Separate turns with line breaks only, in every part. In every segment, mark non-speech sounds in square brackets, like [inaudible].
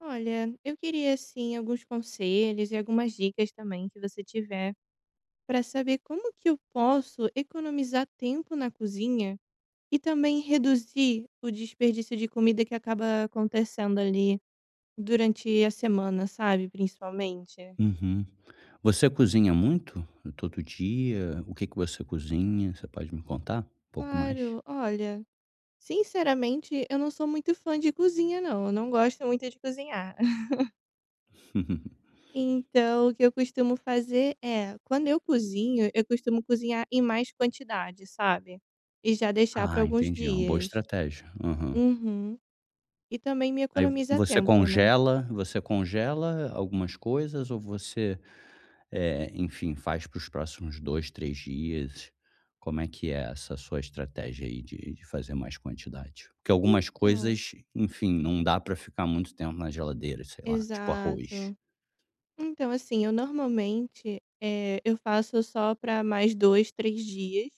Olha, eu queria assim alguns conselhos e algumas dicas também que você tiver para saber como que eu posso economizar tempo na cozinha e também reduzir o desperdício de comida que acaba acontecendo ali durante a semana, sabe, principalmente.
Uhum. Você cozinha muito? Todo dia? O que que você cozinha? Você pode me contar um pouco mais?
Claro, olha, sinceramente, eu não sou muito fã de cozinha não, eu não gosto muito de cozinhar.
[laughs]
Então, o que eu costumo fazer é, quando eu cozinho, eu costumo cozinhar em mais quantidade, sabe? E já deixar para
Ah,
alguns
entendi, é uma boa
dias.
estratégia. Aham.
Uhum. E também me
Aí
economiza
você
tempo, né?
congela você congela algumas coisas ou você, enfim, faz para os próximos 2, 3 dias? Como é que é essa sua estratégia aí de fazer mais quantidade? Porque algumas
Então,
coisas, enfim, não dá para ficar muito tempo na geladeira, sei lá, tipo arroz.
exato. Então, assim, eu normalmente eu faço só para mais dois, três dias.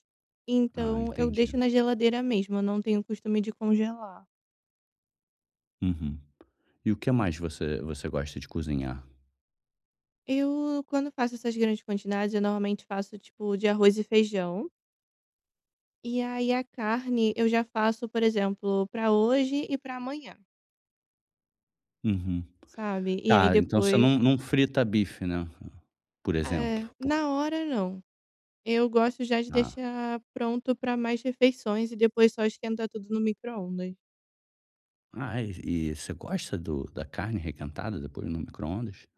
Ah,
Então, eu
entendi.
deixo na geladeira mesmo. Eu não tenho costume de congelar.
Uhum. E o que mais você gosta de cozinhar?
Eu, quando faço essas grandes quantidades, eu normalmente faço tipo de arroz e feijão. E aí a carne eu já faço, por exemplo, para hoje e para amanhã,
Uhum.
sabe. E aí
Tá, então você não
depois
não frita bife, né, por exemplo?
é, na hora não. Eu gosto já de
Ah
deixar pronto para mais refeições e depois só esquentar tudo no micro-ondas.
e você gosta do da carne requentada depois no micro-ondas?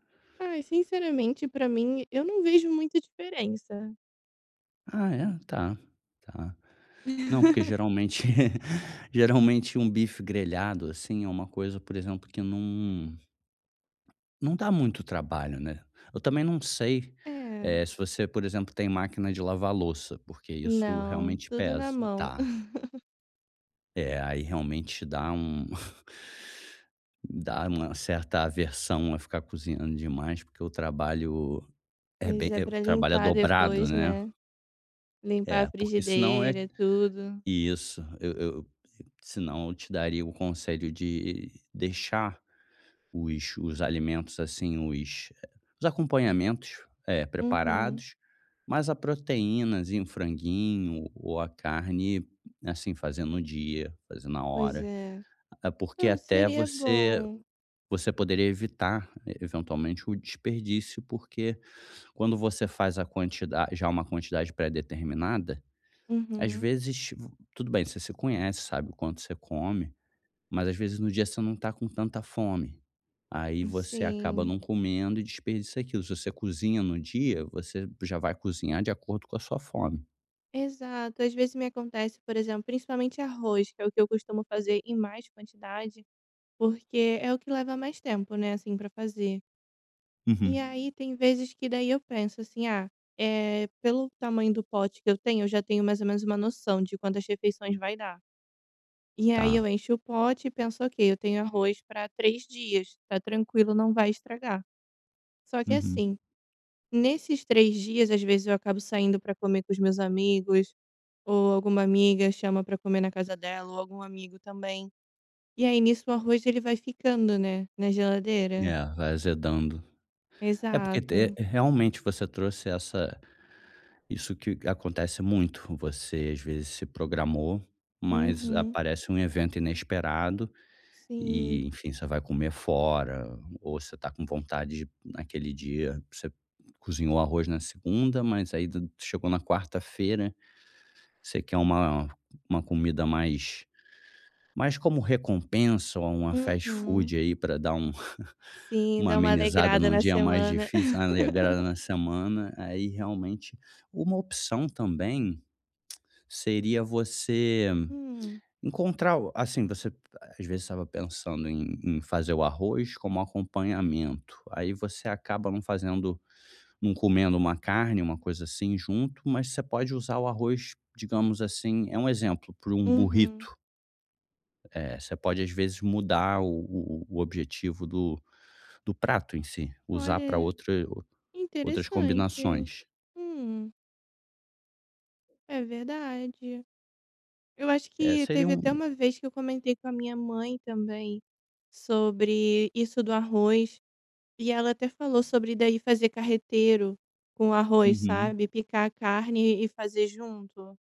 Ai, sinceramente, para mim, eu não vejo muita diferença.
Ah é? Tá, tá. Não, porque
[laughs]
geralmente [laughs] geralmente um bife grelhado, assim, é uma coisa, por exemplo, que não dá muito trabalho, né. Eu também não sei,
É,
se você, por exemplo, tem máquina de lavar louça, porque isso
não,
realmente
tudo na
pesa.
mão.
Tá.
[laughs]
É, aí realmente dá um [laughs] dá uma certa aversão a ficar cozinhando demais, porque o trabalho é
Pois
bem
é, para
o trabalho é
limpar
dobrado,
depois,
né.
né. Limpar a
É, porque senão é
frigideira, tudo.
isso, eu senão eu te daria o conselho de deixar os alimentos, assim, os acompanhamentos,
Uhum.
preparados, mas a proteínazinha, um franguinho ou a carne, assim, fazendo no dia, fazendo na
Pois
hora.
é.
É porque
Não,
até
seria
você
bom.
você poderia evitar eventualmente o desperdício, porque quando você faz a quantidade já uma quantidade pré-determinada, às
Uhum,
vezes tudo bem, você se conhece, sabe o quanto você come, mas às vezes no dia você não está com tanta fome. Aí você acaba
sim.
não comendo e desperdiça aquilo. Se você cozinha no dia, você já vai cozinhar de acordo com a sua fome.
Exato. Às vezes me acontece, por exemplo, principalmente arroz, que é o que eu costumo fazer em mais quantidade, porque é o que leva mais tempo, né, assim, pra fazer. E
Uhum.
aí tem vezes que daí eu penso assim: "Ah, é pelo tamanho do pote que eu tenho, eu já tenho mais ou menos uma noção de quantas refeições vai dar". E aí eu
Tá.
encho o pote e penso: "Ok, eu tenho arroz para 3 dias, tá tranquilo, não vai estragar". Só que
Uhum.
assim, nesses 3 dias, às vezes eu acabo saindo para comer com os meus amigos, ou alguma amiga chama pra comer na casa dela, ou algum amigo também. E aí nisso o arroz ele vai ficando, né, na geladeira.
É, vai azedando. É porque te
Exato.
realmente você trouxe essa isso que acontece muito. Você às vezes se programou, mas
Uhum.
aparece um evento inesperado
Sim.
e, enfim, você vai comer fora, ou você está com vontade de naquele dia, você cozinhou arroz na segunda, mas aí d chegou na quarta-feira, você quer uma comida mais como recompensa ou uma fast
Uhum.
food aí para dar um [laughs]
Sim,
uma
dá uma
amenizada
alegrada
num
na
dia mais
semana.
difícil, uma alegrada
[laughs]
na semana, aí realmente uma opção também seria você
Hum.
encontrar o assim, você às vezes estava pensando em fazer o arroz como acompanhamento, aí você acaba não comendo uma carne, uma coisa assim, junto, mas você pode usar o arroz, digamos assim, é um exemplo, para um
Uhum.
burrito. Você pode às vezes mudar o objetivo do prato em si, usar para
Olha,
outras
interessante.
combinações.
Hum, é verdade. Eu acho
É,
que
seria
teve
um.
até uma vez que eu comentei com a minha mãe também sobre isso do arroz. E ela até falou sobre daí fazer carreteiro com arroz,
Uhum.
sabe, picar a carne e fazer junto.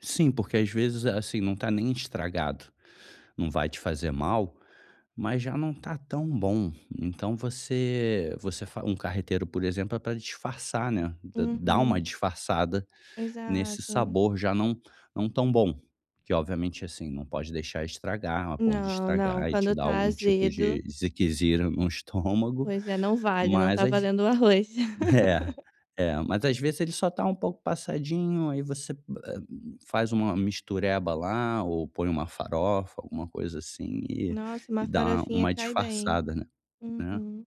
Sim, porque às vezes, assim, não está nem estragado. Não vai te fazer mal, mas já não tá tão bom. Então um carreteiro, por exemplo, é para disfarçar, né? Dá
Uhum,
uma disfarçada nesse
exato.
sabor já não tão bom, que obviamente assim não pode deixar estragar, a ponto de
Não, não,
estragar e
quando
te dar
tá
algum tipo
azedo,
de ziquezira no [laughs] estômago,
pois é, não vale, não
mas
tá
às
valendo o arroz.
é,
[laughs]
mas às vezes ele só tá um pouco passadinho, aí você, faz uma mistureba lá ou põe uma farofa, alguma coisa assim e
Nossa, uma
e dá
farofinha
uma
cai bem.
disfarçada, né, né.
Uhum.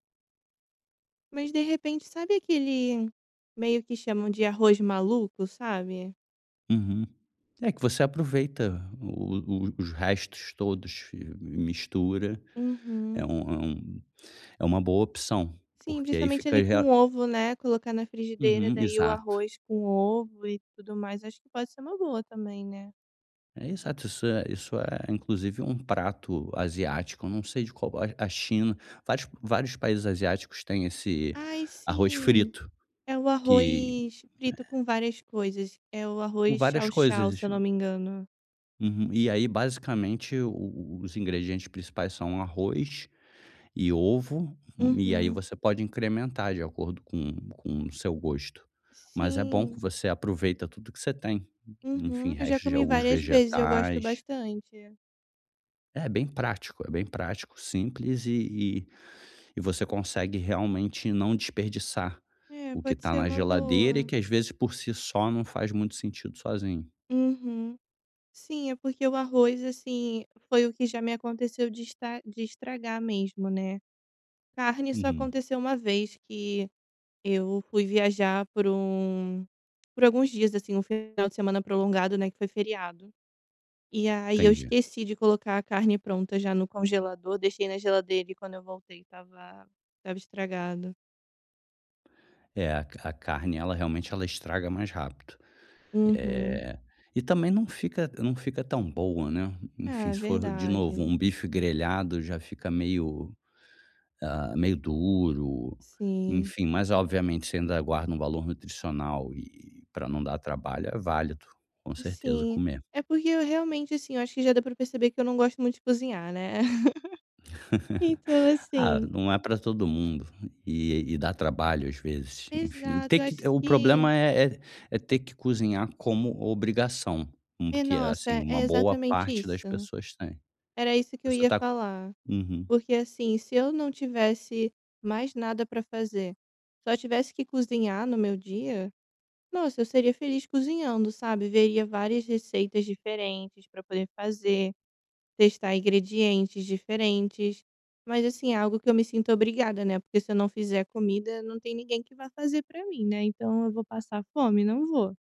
Mas de repente, sabe aquele meio que chamam de arroz maluco, sabe?
Uhum. É que você aproveita o os restos todos e mistura, é
Uhum.
um é um é uma boa opção,
Sim,
porque aí
principalmente ali
fica já.
com ovo, né, colocar na frigideira,
Uhum,
daí o
exato.
arroz com ovo e tudo mais, acho que pode ser uma boa também, né.
É, exato, isso é inclusive um prato asiático, não sei de qual a China, vários países asiáticos têm esse
Ai,
arroz
sim,
frito,
é o
que
arroz frito com várias coisas, é o
com
arroz
várias coisas.
Chow-chow, se eu não me engano.
Uhum. E aí basicamente o os ingredientes principais são arroz e ovo, e aí
Uhum.
você pode incrementar de acordo com o seu gosto. Mas é bom que
Sim.
você aproveita tudo que você tem,
Uhum.
enfim,
Eu já
restos de
comi
alguns
várias vezes, eu gosto
vegetais.
bastante.
É bem prático, simples e você consegue realmente não desperdiçar
É,
o que
pode
está
ser
na
uma
geladeira e
boa.
que às vezes por si só não faz muito sentido sozinho.
Uhum. Sim, é porque o arroz, assim, foi o que já me aconteceu de estragar mesmo, né. Carne só
Uhum,
aconteceu uma vez que eu fui viajar por alguns dias, assim, um final de semana prolongado, né, que foi feriado. E aí eu
entendi.
esqueci de colocar a carne pronta já no congelador, deixei na geladeira e quando eu voltei estava estragado.
É, a carne ela realmente ela estraga mais rápido.
Uhum.
Eh, e também não fica tão boa, né. Enfim,
Ah,
se for de novo
verdade.
um bife grelhado já fica meio duro,
Sim.
enfim, mas obviamente você ainda guarda um valor nutricional e para não dar trabalho é válido, com certeza,
Sim.
comer.
É porque eu realmente, assim, eu acho que já dá pra perceber que eu não gosto muito de cozinhar, né. [laughs] Então
[laughs] Ah,
assim
não é para todo mundo e dá trabalho às vezes, enfim.
exato,
Ter
eu
que
acho
O
que
problema é ter que cozinhar como obrigação,
é,
que é, assim,
nossa, é
uma boa
exatamente
parte das
isso.
pessoas tem.
Era isso que eu
Você
ia
tá.
falar.
Uhum.
Porque, assim, se eu não tivesse mais nada pra fazer, só tivesse que cozinhar no meu dia, nossa, eu seria feliz cozinhando, sabe? Veria várias receitas diferentes pra poder fazer, testar ingredientes diferentes. Mas, assim, é algo que eu me sinto obrigada, né? Porque se eu não fizer comida, não tem ninguém que vá fazer pra mim, né? Então eu vou passar fome? Não vou.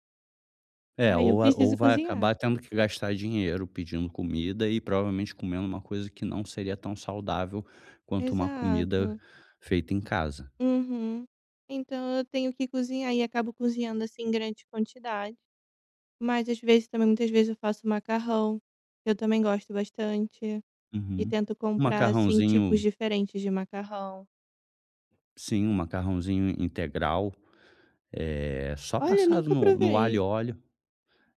É,
Aí eu
ou a
preciso
ou vai
cozinhar.
acabar tendo que gastar dinheiro pedindo comida e provavelmente comendo uma coisa que não seria tão saudável quanto uma comida
Exato.
feita em casa.
Uhum. Então eu tenho que cozinhar e acabo cozinhando, assim, em grande quantidade. Mas às vezes também muitas vezes eu faço macarrão, eu também gosto bastante, e
Uhum.
tento
Um
comprar, assim, tipos
macarrãozinho
diferentes de macarrão.
Sim, um macarrãozinho integral. Só
Olha,
passado
nunca
no alho e
provei.
óleo.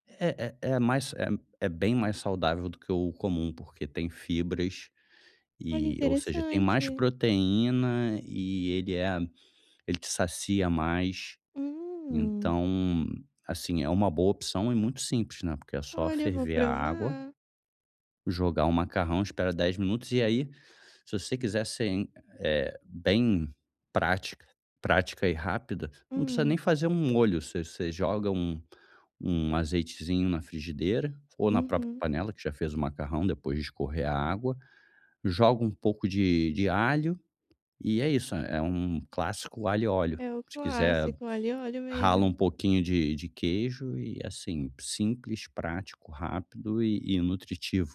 É é é mais é é bem mais saudável do que o comum, porque tem fibras
Olha,
e ou seja, tem mais
interessante.
proteína e ele te sacia mais.
Hum.
Então, assim, é uma boa opção e muito simples, né, porque é só
Olha, eu vou
ferver a água,
provar.
jogar o macarrão, espera 10 minutos e aí, se você quiser ser bem prática prática e rápida, não precisa nem
Hum.
fazer um molho, você joga um azeitezinho na frigideira ou na própria
Uhum.
panela que já fez o macarrão depois de escorrer a água, joga um pouco de alho e é isso, é um clássico alho e óleo.
É o
Se quiser,
clássico ali, óleo
rala
mesmo.
um pouquinho de queijo e assim, simples, prático, rápido e nutritivo.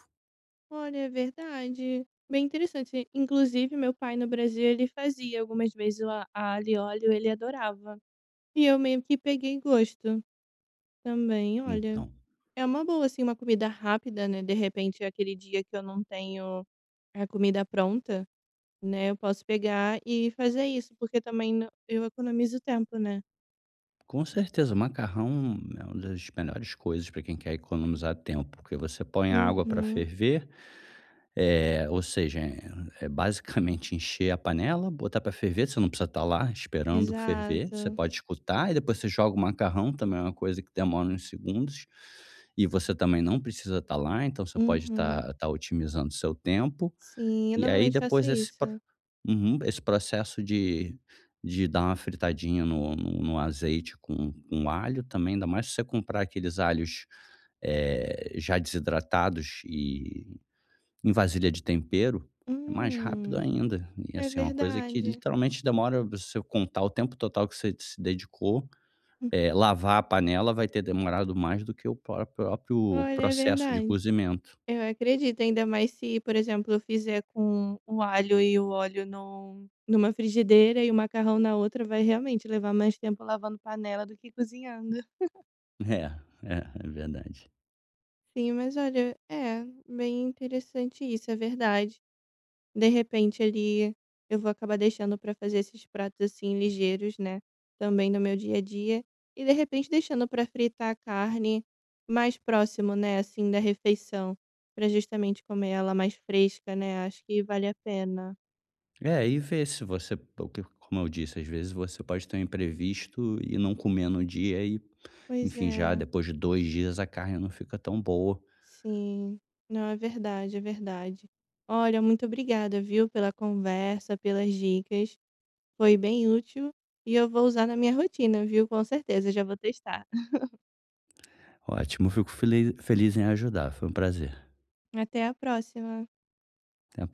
Olha, é verdade. Bem interessante. Inclusive, meu pai no Brasil, ele fazia algumas vezes o a alho e óleo, ele adorava. E eu meio que peguei gosto também, olha.
Então,
É uma boa, assim, uma comida rápida, né, de repente, é aquele dia que eu não tenho a comida pronta, né, eu posso pegar e fazer isso, porque também no eu economizo tempo, né.
com certeza, macarrão é uma das melhores coisas para quem quer economizar tempo, porque você põe a água para
Uhum.
ferver, ou seja, é basicamente encher a panela, botar para ferver, você não precisa estar lá esperando ferver, você
Exato.
pode escutar e depois você joga o macarrão, também é uma coisa que demora uns segundos, e você também não precisa estar lá, então você pode
Uhum.
estar otimizando seu tempo.
Sim, eu
E aí
normalmente faço
depois esse
isso.
pro uhum, esse processo de dar uma fritadinha no azeite com alho também, ainda mais se você comprar aqueles alhos, já desidratados e em vasilha de tempero, é mais rápido
Hum,
ainda. E,
é
assim, é uma coisa que
verdade.
literalmente demora você contar o tempo total que você se dedicou,
[laughs]
lavar a panela vai ter demorado mais do que o próprio
Olha, é
processo de
verdade.
cozimento.
Eu acredito, ainda mais se, por exemplo, eu fizer com o alho e o óleo numa frigideira e o macarrão na outra, vai realmente levar mais tempo lavando panela do que cozinhando.
[laughs] É, é, é verdade.
Sim, mas olha, é bem interessante isso, é verdade. De repente ali, eu vou acabar deixando para fazer esses pratos, assim, ligeiros, né, também no meu dia a dia, e de repente deixando para fritar a carne mais próximo, né, assim, da refeição, para justamente comer ela mais fresca, né, acho que vale a pena.
É, e ver se você porque como eu disse, às vezes você pode ter um imprevisto e não comer no dia e,
Pois
enfim, já
é,
depois de 2 dias a carne não fica tão boa.
sim. Não, é verdade, é verdade. Olha, muito obrigada, viu, pela conversa, pelas dicas, foi bem útil, e eu vou usar na minha rotina, viu, com certeza, já vou testar. [laughs]
Ótimo, fico feliz em ajudar, foi um prazer.
Até a próxima.
Até a